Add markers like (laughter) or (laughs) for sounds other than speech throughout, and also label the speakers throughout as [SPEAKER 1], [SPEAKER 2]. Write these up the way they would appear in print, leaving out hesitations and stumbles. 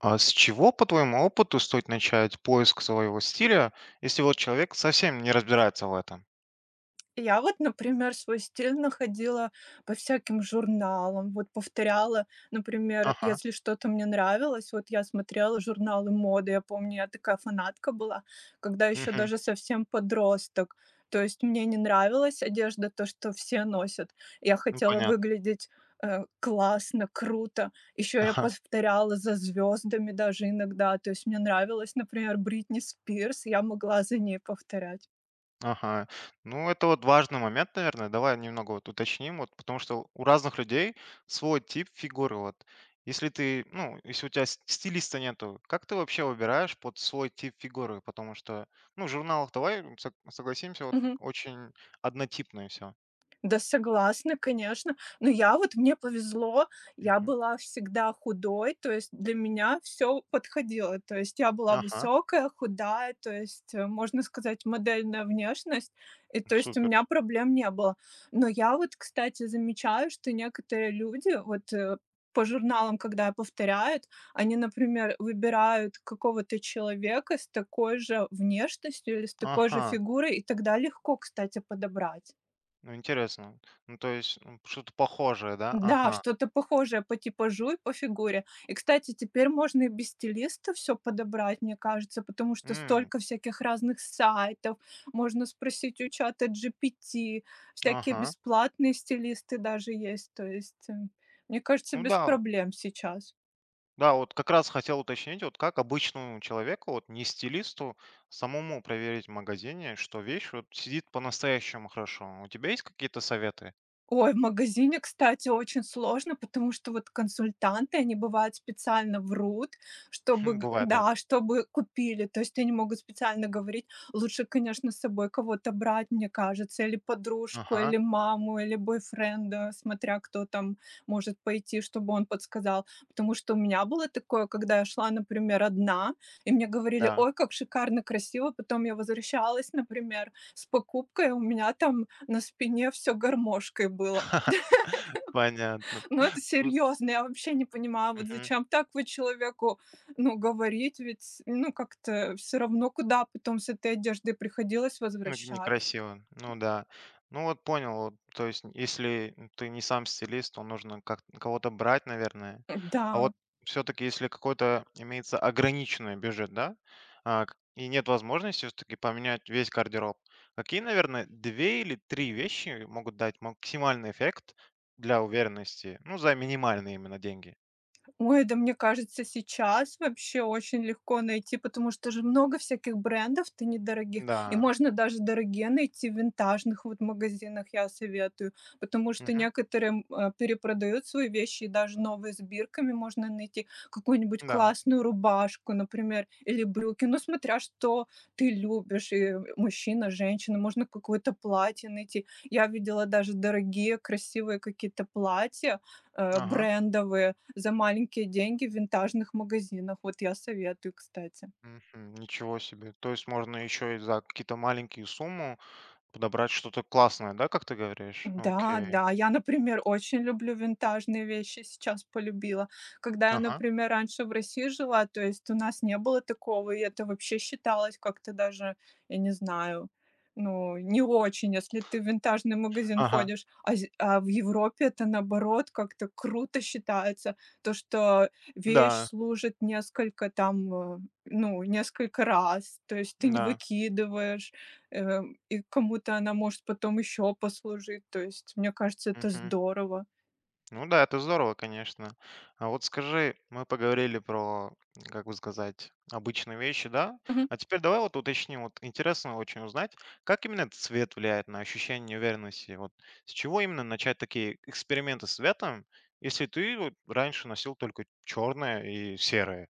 [SPEAKER 1] А с чего, по твоему опыту, стоит начать поиск своего стиля, если вот человек совсем не разбирается в этом?
[SPEAKER 2] Я вот, например, свой стиль находила по всяким журналам, вот повторяла, например,
[SPEAKER 1] Ага.
[SPEAKER 2] если что-то мне нравилось, вот я смотрела журналы моды, я помню, я такая фанатка была, когда еще
[SPEAKER 1] Мгм.
[SPEAKER 2] даже совсем подросток. То есть мне не нравилась одежда, то, что все носят. Я
[SPEAKER 1] Ну,
[SPEAKER 2] хотела
[SPEAKER 1] понятно.
[SPEAKER 2] выглядеть классно, круто. Еще я
[SPEAKER 1] Ага.
[SPEAKER 2] повторяла за звездами даже иногда. То есть мне нравилась, например, Бритни Спирс, я могла за ней повторять.
[SPEAKER 1] Ага. Ну, это вот важный момент, наверное. Давай немного вот уточним, вот, потому что у разных людей свой тип фигуры. Вот. Если ты, ну, если у тебя стилиста нету, как ты вообще выбираешь под свой тип фигуры? Потому что, ну, в журналах, давай согласимся, вот
[SPEAKER 2] Мгм.
[SPEAKER 1] очень однотипное все.
[SPEAKER 2] Да, согласна, конечно. Но я вот мне повезло, я была всегда худой, то есть для меня все подходило. То есть я была
[SPEAKER 1] Ага,
[SPEAKER 2] высокая, худая, то есть, можно сказать, модельная внешность. И то есть у
[SPEAKER 1] супер.
[SPEAKER 2] меня проблем не было. Но я вот, кстати, замечаю, что некоторые люди, вот, по журналам, когда повторяют, они, например, выбирают какого-то человека с такой же внешностью или с такой же
[SPEAKER 1] Ага.
[SPEAKER 2] фигурой, и тогда легко, кстати, подобрать.
[SPEAKER 1] Ну, интересно. Ну, то есть, что-то похожее, да?
[SPEAKER 2] Да,
[SPEAKER 1] Ага.
[SPEAKER 2] что-то похожее по типажу и по фигуре. И, кстати, теперь можно и без стилиста все подобрать, мне кажется, потому что
[SPEAKER 1] М,
[SPEAKER 2] столько всяких разных сайтов. Можно спросить у чата GPT. Всякие
[SPEAKER 1] ага.
[SPEAKER 2] бесплатные стилисты даже есть. То есть, мне кажется,
[SPEAKER 1] Ну
[SPEAKER 2] без
[SPEAKER 1] да,
[SPEAKER 2] проблем сейчас.
[SPEAKER 1] да, вот как раз хотел уточнить, вот как обычному человеку, вот не стилисту, самому проверить в магазине, что вещь вот сидит по-настоящему хорошо. У тебя есть какие-то советы?
[SPEAKER 2] Ой, в магазине, кстати, очень сложно, потому что вот консультанты, они бывают специально врут, чтобы,
[SPEAKER 1] (laughs)
[SPEAKER 2] г
[SPEAKER 1] Бывает, да.
[SPEAKER 2] да, чтобы купили. То есть они могут специально говорить. Лучше, конечно, с собой кого-то брать, мне кажется, или подружку,
[SPEAKER 1] Ага,
[SPEAKER 2] или маму, или бойфренда, смотря кто там может пойти, чтобы он подсказал. Потому что у меня было такое, когда я шла, например, одна, и мне говорили:
[SPEAKER 1] да.
[SPEAKER 2] "Ой, как шикарно, красиво". Потом я возвращалась, например, с покупкой, а у меня там на спине все гармошкой было.
[SPEAKER 1] (laughs) Понятно.
[SPEAKER 2] Но это
[SPEAKER 1] Ну,
[SPEAKER 2] серьезно. Я вообще не понимаю, вот
[SPEAKER 1] мгм.
[SPEAKER 2] зачем так вы человеку, ну, говорить, ведь, ну, как-то все равно, куда потом с этой одеждой приходилось
[SPEAKER 1] Ну,
[SPEAKER 2] возвращать.
[SPEAKER 1] некрасиво. Ну да. Ну вот понял. Вот, то есть, если ты не сам стилист, то нужно как кого-то брать, наверное. А
[SPEAKER 2] Да.
[SPEAKER 1] вот все-таки, если какой-то имеется ограниченный бюджет, да, и нет возможности все-таки поменять весь гардероб, какие, наверное, две или три вещи могут дать максимальный эффект для уверенности, ну, за минимальные именно деньги?
[SPEAKER 2] Ой, да мне кажется, сейчас вообще очень легко найти, потому что же много всяких брендов-то недорогих, и
[SPEAKER 1] Да.
[SPEAKER 2] можно даже дорогие найти в винтажных вот магазинах, я советую, потому что
[SPEAKER 1] Мгм.
[SPEAKER 2] некоторые, перепродают свои вещи, и даже новые с бирками можно найти, какую-нибудь
[SPEAKER 1] Да.
[SPEAKER 2] классную рубашку, например, или брюки, ну, смотря что ты любишь, и мужчина, женщина, можно какое-то платье найти. Я видела даже дорогие, красивые какие-то платья,
[SPEAKER 1] Ага.
[SPEAKER 2] брендовые за маленькие деньги в винтажных магазинах. Вот я советую, кстати.
[SPEAKER 1] Мгм. Ничего себе. То есть можно еще и за какие-то маленькие суммы подобрать что-то классное, да, как ты говоришь?
[SPEAKER 2] Да,
[SPEAKER 1] Окей.
[SPEAKER 2] да. Я, например, очень люблю винтажные вещи, сейчас полюбила. Когда я,
[SPEAKER 1] Ага,
[SPEAKER 2] например, раньше в России жила, то есть у нас не было такого, и это вообще считалось как-то даже, я не знаю, ну, не очень, если ты в винтажный магазин
[SPEAKER 1] ага.
[SPEAKER 2] ходишь. А, в Европе это, наоборот, как-то круто считается. То, что вещь
[SPEAKER 1] Да,
[SPEAKER 2] служит несколько там, ну, несколько раз. То есть ты не
[SPEAKER 1] да.
[SPEAKER 2] выкидываешь, э, и кому-то она может потом еще послужить. То есть, мне кажется, это
[SPEAKER 1] Мгм.
[SPEAKER 2] здорово.
[SPEAKER 1] Ну да, это здорово, конечно. А вот скажи, мы поговорили про, как бы сказать, обычные вещи, да?
[SPEAKER 2] Мгм.
[SPEAKER 1] А теперь давай вот уточним, вот интересно очень узнать, как именно этот цвет влияет на ощущение уверенности? Вот с чего именно начать такие эксперименты с цветом, если ты вот раньше носил только черное и серое?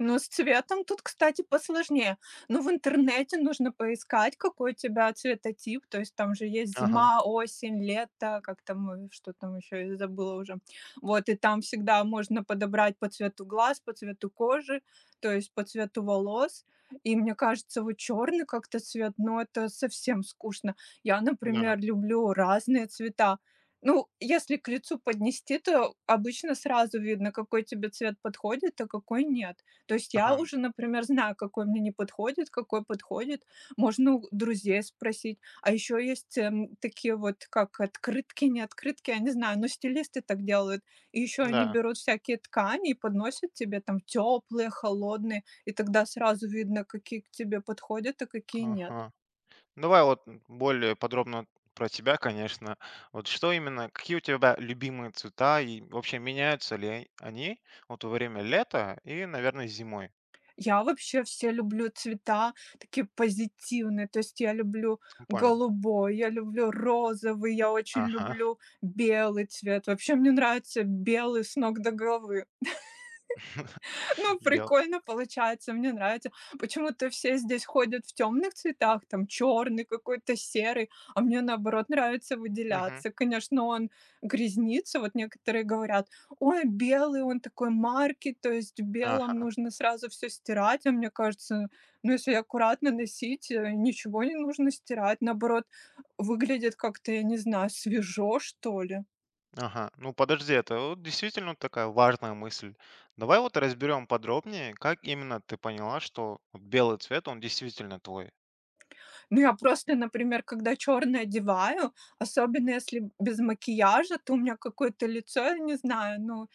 [SPEAKER 2] Ну, с цветом тут, кстати, посложнее. Ну, в интернете нужно поискать, какой у тебя цветотип. То есть там же есть
[SPEAKER 1] Ага,
[SPEAKER 2] зима, осень, лето, как там, что там еще, я забыла уже. Вот, и там всегда можно подобрать по цвету глаз, по цвету кожи, то есть по цвету волос. И мне кажется, вот черный как-то цвет, ну, это совсем скучно. Я,
[SPEAKER 1] да,
[SPEAKER 2] например, люблю разные цвета. Ну, если к лицу поднести, то обычно сразу видно, какой тебе цвет подходит, а какой нет. То есть я
[SPEAKER 1] ага,
[SPEAKER 2] уже, например, знаю, какой мне не подходит, какой подходит. Можно у друзей спросить. А еще есть такие вот, как открытки, не открытки, я не знаю, но стилисты так делают. И еще они
[SPEAKER 1] да,
[SPEAKER 2] берут всякие ткани и подносят тебе там теплые, холодные, и тогда сразу видно, какие к тебе подходят, а какие нет.
[SPEAKER 1] ага. Давай вот более подробно про тебя, конечно. Вот что именно, какие у тебя любимые цвета и вообще меняются ли они вот во время лета и, наверное, зимой?
[SPEAKER 2] Я вообще все люблю цвета такие позитивные, то есть я люблю
[SPEAKER 1] Ну, понял.
[SPEAKER 2] голубой, я люблю розовый, я очень
[SPEAKER 1] Ага.
[SPEAKER 2] люблю белый цвет. Вообще мне нравится белый с ног до головы. Ну,
[SPEAKER 1] (laughs) Бел.
[SPEAKER 2] прикольно получается, мне нравится. Почему-то все здесь ходят в темных цветах, там черный какой-то, серый, а мне наоборот нравится
[SPEAKER 1] Мгм.
[SPEAKER 2] выделяться. Конечно, он грязнится, вот некоторые говорят, ой, белый, он такой марки, то есть в белом
[SPEAKER 1] Ага,
[SPEAKER 2] нужно сразу все стирать, а мне кажется, ну, если аккуратно носить, ничего не нужно стирать, наоборот, выглядит как-то, я не знаю, свежо, что ли.
[SPEAKER 1] ага. Ну подожди, это вот действительно вот такая важная мысль. Давай вот разберем подробнее, как именно ты поняла, что вот белый цвет, он действительно твой.
[SPEAKER 2] Ну, я просто, например, когда черное одеваю, особенно если без макияжа, то у меня какое-то лицо, я не знаю, ну,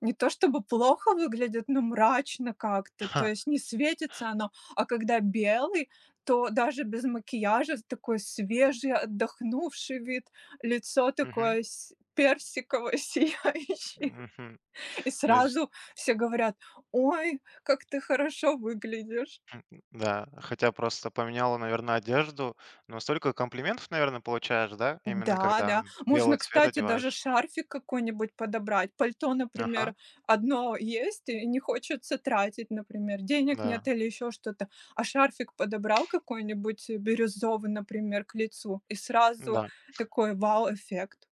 [SPEAKER 2] не то чтобы плохо выглядит, но мрачно как-то,
[SPEAKER 1] (laughs) Ха.
[SPEAKER 2] то есть не светится оно. А когда белый, то даже без макияжа такой свежий, отдохнувший вид, лицо
[SPEAKER 1] Мгм.
[SPEAKER 2] такое персиковое, (laughs) сияющее.
[SPEAKER 1] Мгм.
[SPEAKER 2] И
[SPEAKER 1] То есть.
[SPEAKER 2] сразу все говорят, ой, как ты хорошо выглядишь.
[SPEAKER 1] Да, хотя просто поменяла, наверное, одежду, но столько комплиментов, наверное, получаешь, да? Именно
[SPEAKER 2] Да,
[SPEAKER 1] когда
[SPEAKER 2] да.
[SPEAKER 1] вот
[SPEAKER 2] Можно,
[SPEAKER 1] белый цвет
[SPEAKER 2] кстати, даже
[SPEAKER 1] одеваешь.
[SPEAKER 2] шарфик какой-нибудь подобрать. Пальто, например,
[SPEAKER 1] Ага,
[SPEAKER 2] одно есть, и не хочется тратить, например, денег нет
[SPEAKER 1] да,
[SPEAKER 2] или еще что-то. А шарфик подобрал какой-нибудь, бирюзовый, например, к лицу, и сразу
[SPEAKER 1] да.
[SPEAKER 2] такой вау-эффект.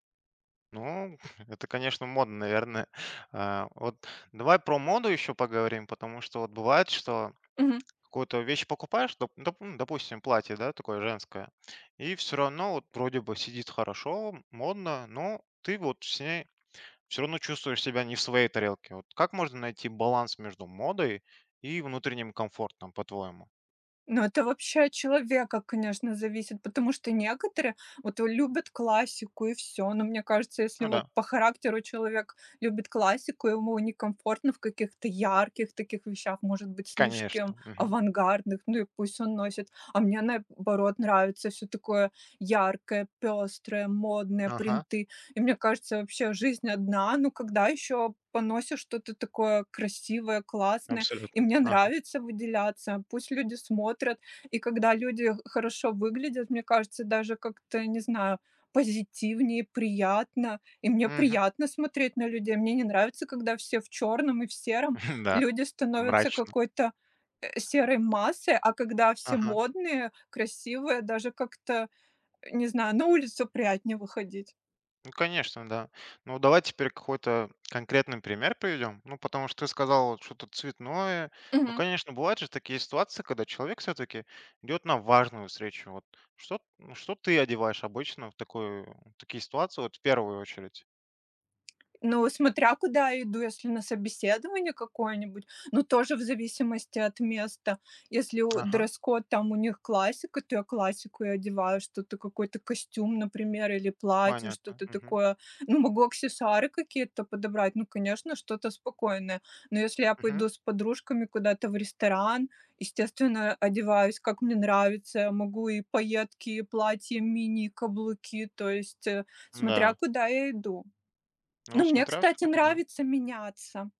[SPEAKER 1] Ну, (laughs) это, конечно, модно, наверное. Вот давай про моду еще поговорим, потому что вот бывает, что какую-то вещь покупаешь, ну, допустим, платье, да, такое женское, и все равно вот вроде бы сидит хорошо, модно, но ты вот с ней все равно чувствуешь себя не в своей тарелке. Вот как можно найти баланс между модой и внутренним комфортом, по-твоему?
[SPEAKER 2] Ну, это вообще от человека, конечно, зависит, потому что некоторые вот любят классику и все. Но мне кажется, если
[SPEAKER 1] Ну да,
[SPEAKER 2] вот по характеру человек любит классику, ему некомфортно в каких-то ярких таких вещах, может быть, слишком
[SPEAKER 1] конечно. Мгм.
[SPEAKER 2] авангардных, ну и пусть он носит. А мне наоборот нравится все такое яркое, пестрое, модное,
[SPEAKER 1] Ага,
[SPEAKER 2] принты. И мне кажется, вообще жизнь одна, ну когда еще поносишь что-то такое красивое, классное, и
[SPEAKER 1] абсолютно.
[SPEAKER 2] мне
[SPEAKER 1] Ага.
[SPEAKER 2] нравится выделяться, пусть люди смотрят. И когда люди хорошо выглядят, мне кажется, даже как-то, не знаю, позитивнее, приятно. И мне
[SPEAKER 1] Мгм.
[SPEAKER 2] приятно смотреть на людей. Мне не нравится, когда все в черном и в сером.
[SPEAKER 1] (laughs) Да.
[SPEAKER 2] Люди становятся
[SPEAKER 1] Мрачно.
[SPEAKER 2] какой-то серой массой, а когда все
[SPEAKER 1] Ага.
[SPEAKER 2] модные, красивые, даже как-то, не знаю, на улицу приятнее выходить.
[SPEAKER 1] Ну, конечно, да. Ну, давай теперь какой-то конкретный пример приведем. Ну, потому что ты сказал вот что-то цветное. Ну, конечно, бывают же такие ситуации, когда человек все-таки идет на важную встречу. Вот что, ну, что ты одеваешь обычно в такую, в такие ситуации, вот в первую очередь?
[SPEAKER 2] Ну, смотря куда я иду, если на собеседование какое-нибудь, ну, тоже в зависимости от места. Если у
[SPEAKER 1] Ага.
[SPEAKER 2] дресс-код там у них классика, то я классику и одеваю, что-то какой-то костюм, например, или платье,
[SPEAKER 1] Понятно.
[SPEAKER 2] что-то
[SPEAKER 1] Мгм.
[SPEAKER 2] такое. Ну, могу аксессуары какие-то подобрать, ну, конечно, что-то спокойное. Но если я
[SPEAKER 1] Мгм.
[SPEAKER 2] пойду с подружками куда-то в ресторан, естественно, одеваюсь, как мне нравится. Могу и пайетки, и платья мини, и каблуки, то есть, смотря
[SPEAKER 1] Да.
[SPEAKER 2] куда я иду. Ну,
[SPEAKER 1] Ну,
[SPEAKER 2] мне,
[SPEAKER 1] смотря все
[SPEAKER 2] кстати,
[SPEAKER 1] таки, да.
[SPEAKER 2] нравится меняться.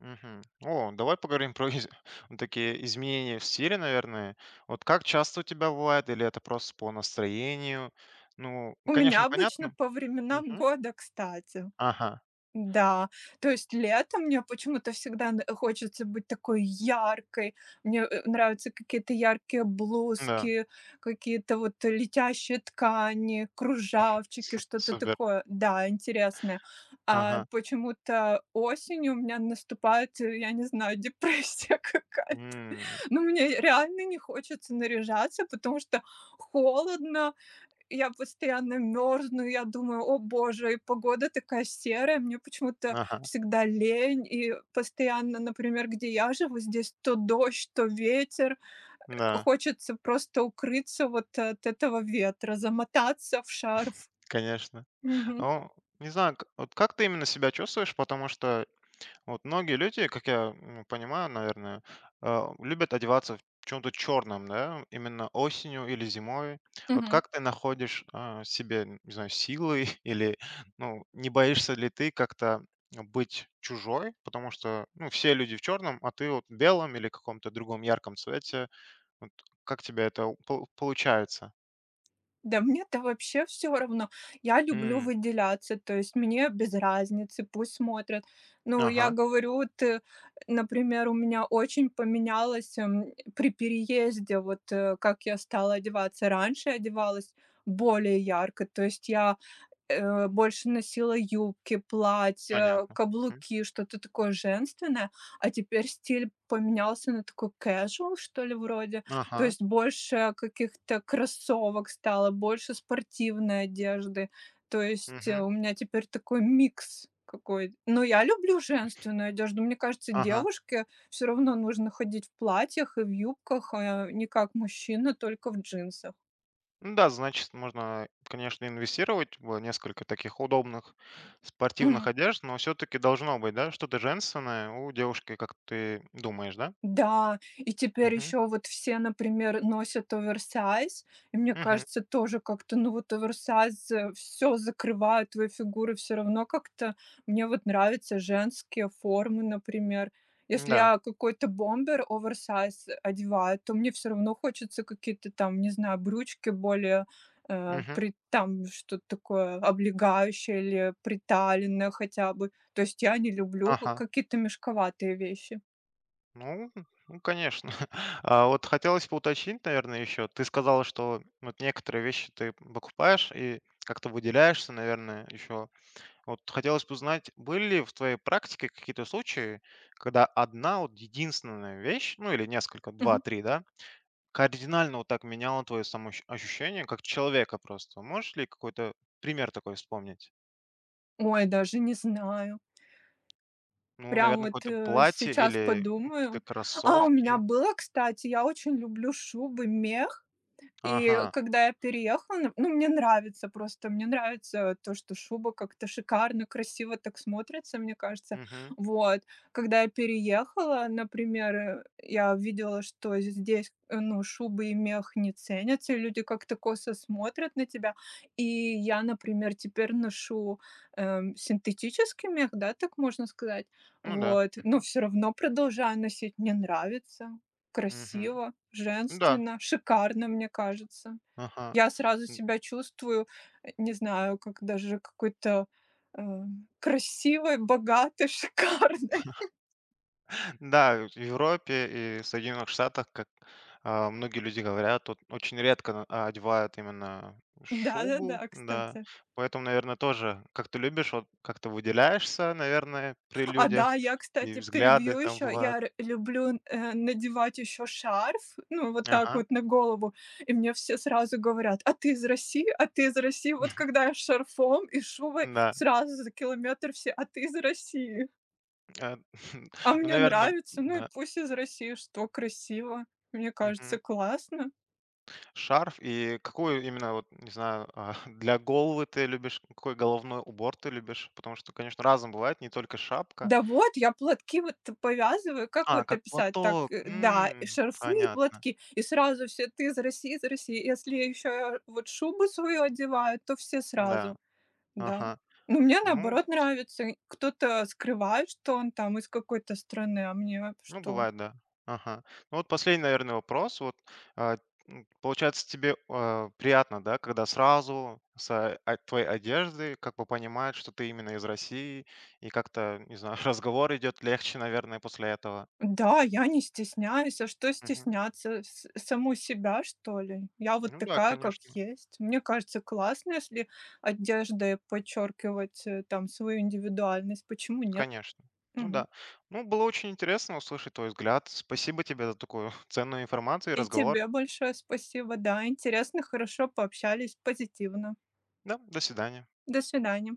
[SPEAKER 1] Мгм. О, давай поговорим про из (laughs) ну, такие изменения в стиле, наверное. Вот как часто у тебя бывает или это просто по настроению? Ну,
[SPEAKER 2] У меня
[SPEAKER 1] конечно,
[SPEAKER 2] обычно
[SPEAKER 1] понятно.
[SPEAKER 2] по временам
[SPEAKER 1] Мгм.
[SPEAKER 2] года, кстати.
[SPEAKER 1] Ага.
[SPEAKER 2] Да, то есть летом мне почему-то всегда хочется быть такой яркой. Мне нравятся какие-то яркие
[SPEAKER 1] Да.
[SPEAKER 2] блузки, какие-то вот летящие ткани, кружавчики,
[SPEAKER 1] С
[SPEAKER 2] что-то
[SPEAKER 1] супер.
[SPEAKER 2] такое. Да, интересное. А
[SPEAKER 1] Ага.
[SPEAKER 2] почему-то осенью у меня наступает, я не знаю, (laughs) депрессия какая-то.
[SPEAKER 1] М.
[SPEAKER 2] Ну, мне реально не хочется наряжаться, потому что холодно, я постоянно мерзну, я думаю: "О боже, и погода такая серая". Мне почему-то
[SPEAKER 1] Ага.
[SPEAKER 2] всегда лень, и постоянно, например, где я живу, здесь то дождь, то ветер.
[SPEAKER 1] Да,
[SPEAKER 2] Хочется просто укрыться вот от этого ветра, замотаться в шарф.
[SPEAKER 1] конечно.
[SPEAKER 2] Мгм.
[SPEAKER 1] Ну, не знаю, к вот как ты именно себя чувствуешь, потому что вот многие люди, как я ну, понимаю, наверное, любят одеваться в чем-то черном, да, именно осенью или зимой. Вот
[SPEAKER 2] Мгм.
[SPEAKER 1] как ты находишь себе, не знаю, силы (laughs) или, ну, не боишься ли ты как-то быть чужой, потому что, ну, все люди в черном, а ты вот в белом или каком-то другом ярком цвете. Вот как тебе это получается?
[SPEAKER 2] Да мне-то вообще все равно. Я люблю
[SPEAKER 1] М,
[SPEAKER 2] выделяться, то есть мне без разницы, пусть смотрят. Ну, я
[SPEAKER 1] Ага,
[SPEAKER 2] говорю, вот, например, у меня очень поменялось, при переезде, вот, как я стала одеваться. Раньше я одевалась более ярко, то есть я больше носила юбки, платья,
[SPEAKER 1] понятно. Мгм.
[SPEAKER 2] каблуки, что-то такое женственное, а теперь стиль поменялся на такой casual, что ли, вроде. То
[SPEAKER 1] Ага,
[SPEAKER 2] есть больше каких-то кроссовок стало, больше спортивной одежды. То есть
[SPEAKER 1] мгм,
[SPEAKER 2] у меня теперь такой микс какой. Но я люблю женственную одежду. Мне кажется,
[SPEAKER 1] ага.
[SPEAKER 2] девушке все равно нужно ходить в платьях и в юбках, а не как мужчина, только в джинсах.
[SPEAKER 1] Ну да, значит, можно, конечно, инвестировать в несколько таких удобных спортивных
[SPEAKER 2] (laughs)
[SPEAKER 1] одежд, но все-таки должно быть, да, что-то женственное у девушки, как ты думаешь, да?
[SPEAKER 2] Да, и теперь
[SPEAKER 1] Мгм.
[SPEAKER 2] еще вот все, например, носят оверсайз, и мне
[SPEAKER 1] Мгм.
[SPEAKER 2] кажется, тоже как-то, ну вот оверсайз, все закрывает, твою фигуру все равно как-то. Мне вот нравятся женские формы, например. Если
[SPEAKER 1] Да.
[SPEAKER 2] я какой-то бомбер оверсайз одеваю, то мне все равно хочется какие-то там, не знаю, брючки более,
[SPEAKER 1] Мгм.
[SPEAKER 2] при там что-то такое облегающее или приталенное хотя бы. То есть я не люблю
[SPEAKER 1] Ага.
[SPEAKER 2] какие-то мешковатые вещи.
[SPEAKER 1] Ну, ну, конечно. (laughs) А вот хотелось бы уточнить, наверное, еще. Ты сказала, что вот некоторые вещи ты покупаешь и как-то выделяешься, наверное, еще. Вот хотелось бы узнать, были ли в твоей практике какие-то случаи, когда одна вот единственная вещь, ну или несколько,
[SPEAKER 2] Мгм.
[SPEAKER 1] два-три, да, кардинально вот так меняла твое самоощущение как человека просто? Можешь ли какой-то пример такой вспомнить?
[SPEAKER 2] Ой, даже не знаю.
[SPEAKER 1] Ну,
[SPEAKER 2] Прям
[SPEAKER 1] наверное,
[SPEAKER 2] вот,
[SPEAKER 1] какое-то платье
[SPEAKER 2] сейчас
[SPEAKER 1] или ну, какие-то
[SPEAKER 2] подумаю. А, у меня
[SPEAKER 1] кроссовки.
[SPEAKER 2] было, кстати, я очень люблю шубы, мех. И
[SPEAKER 1] Ага.
[SPEAKER 2] когда я переехала, ну, мне нравится просто, мне нравится то, что шуба как-то шикарно, красиво так смотрится, мне кажется.
[SPEAKER 1] Мгм.
[SPEAKER 2] Вот. Когда я переехала, например, я видела, что здесь, ну, шубы и мех не ценятся, и люди как-то косо смотрят на тебя. И я, например, теперь ношу, синтетический мех, да, так можно сказать.
[SPEAKER 1] Ну да.
[SPEAKER 2] Вот. Но все равно продолжаю носить, мне нравится.
[SPEAKER 1] Мгм.
[SPEAKER 2] Красиво,
[SPEAKER 1] Ну да.
[SPEAKER 2] женственно, шикарно, мне кажется.
[SPEAKER 1] Ага.
[SPEAKER 2] Я сразу себя чувствую, не знаю, как даже какой-то, э, красивой, богатой, (laughs) шикарной.
[SPEAKER 1] Да, в Европе и Соединенных Штатах, как многие люди говорят, тут очень редко одевают именно шубу,
[SPEAKER 2] Да-да-да,
[SPEAKER 1] да.
[SPEAKER 2] кстати.
[SPEAKER 1] Поэтому, наверное, тоже, как ты любишь, вот как ты выделяешься, наверное, при
[SPEAKER 2] А, да,
[SPEAKER 1] людях,
[SPEAKER 2] я,
[SPEAKER 1] и
[SPEAKER 2] кстати,
[SPEAKER 1] взгляды
[SPEAKER 2] перебью
[SPEAKER 1] там
[SPEAKER 2] еще. Я
[SPEAKER 1] бывают.
[SPEAKER 2] р люблю, надевать еще шарф, ну, вот так
[SPEAKER 1] Ага,
[SPEAKER 2] вот на голову, и мне все сразу говорят: "А ты из России? А ты из России?" Вот когда я с шарфом и шубой,
[SPEAKER 1] да.
[SPEAKER 2] сразу за километр все: "А ты из России?"
[SPEAKER 1] Э, (laughs)
[SPEAKER 2] А
[SPEAKER 1] Ну,
[SPEAKER 2] мне
[SPEAKER 1] наверное,
[SPEAKER 2] нравится, ну и
[SPEAKER 1] да.
[SPEAKER 2] пусть из России, что красиво. Мне кажется,
[SPEAKER 1] Мгм.
[SPEAKER 2] классно.
[SPEAKER 1] Шарф и какую именно, вот, не знаю, (laughs) для головы ты любишь, какой головной убор ты любишь? Потому что, конечно, разом бывает, не только шапка.
[SPEAKER 2] Да вот, я платки вот повязываю, как
[SPEAKER 1] А,
[SPEAKER 2] вот
[SPEAKER 1] как
[SPEAKER 2] описать так,
[SPEAKER 1] платок.
[SPEAKER 2] и
[SPEAKER 1] М,
[SPEAKER 2] шарфы, и
[SPEAKER 1] понятно.
[SPEAKER 2] платки, и сразу все: "Ты из России, из России". Если еще вот шубу свою одеваю, то все
[SPEAKER 1] Да.
[SPEAKER 2] сразу, да.
[SPEAKER 1] Ага.
[SPEAKER 2] Но мне,
[SPEAKER 1] Ну
[SPEAKER 2] наоборот, нравится. Кто-то скрывает, что он там из какой-то страны, а мне
[SPEAKER 1] ну,
[SPEAKER 2] что?
[SPEAKER 1] бывает, да. Ага. Ну, вот последний, наверное, вопрос. Вот, а, получается, тебе, приятно, да, когда сразу от твоей одежды как бы понимают, что ты именно из России, и как-то, не знаю, (laughs) разговор идет легче, наверное, после этого.
[SPEAKER 2] Да, я не стесняюсь. А что
[SPEAKER 1] Мгм.
[SPEAKER 2] стесняться? С саму себя, что ли? Я вот
[SPEAKER 1] Ну да,
[SPEAKER 2] такая, как
[SPEAKER 1] конечно,
[SPEAKER 2] есть. Мне кажется, классно, если одеждой подчеркивать, там свою индивидуальность. Почему нет?
[SPEAKER 1] конечно. Ну
[SPEAKER 2] Мгм.
[SPEAKER 1] да. Ну, было очень интересно услышать твой взгляд. Спасибо тебе за такую (laughs) ценную информацию и
[SPEAKER 2] И
[SPEAKER 1] разговор.
[SPEAKER 2] тебе большое спасибо. Да, интересно, хорошо пообщались, позитивно.
[SPEAKER 1] Да, до свидания.
[SPEAKER 2] До свидания.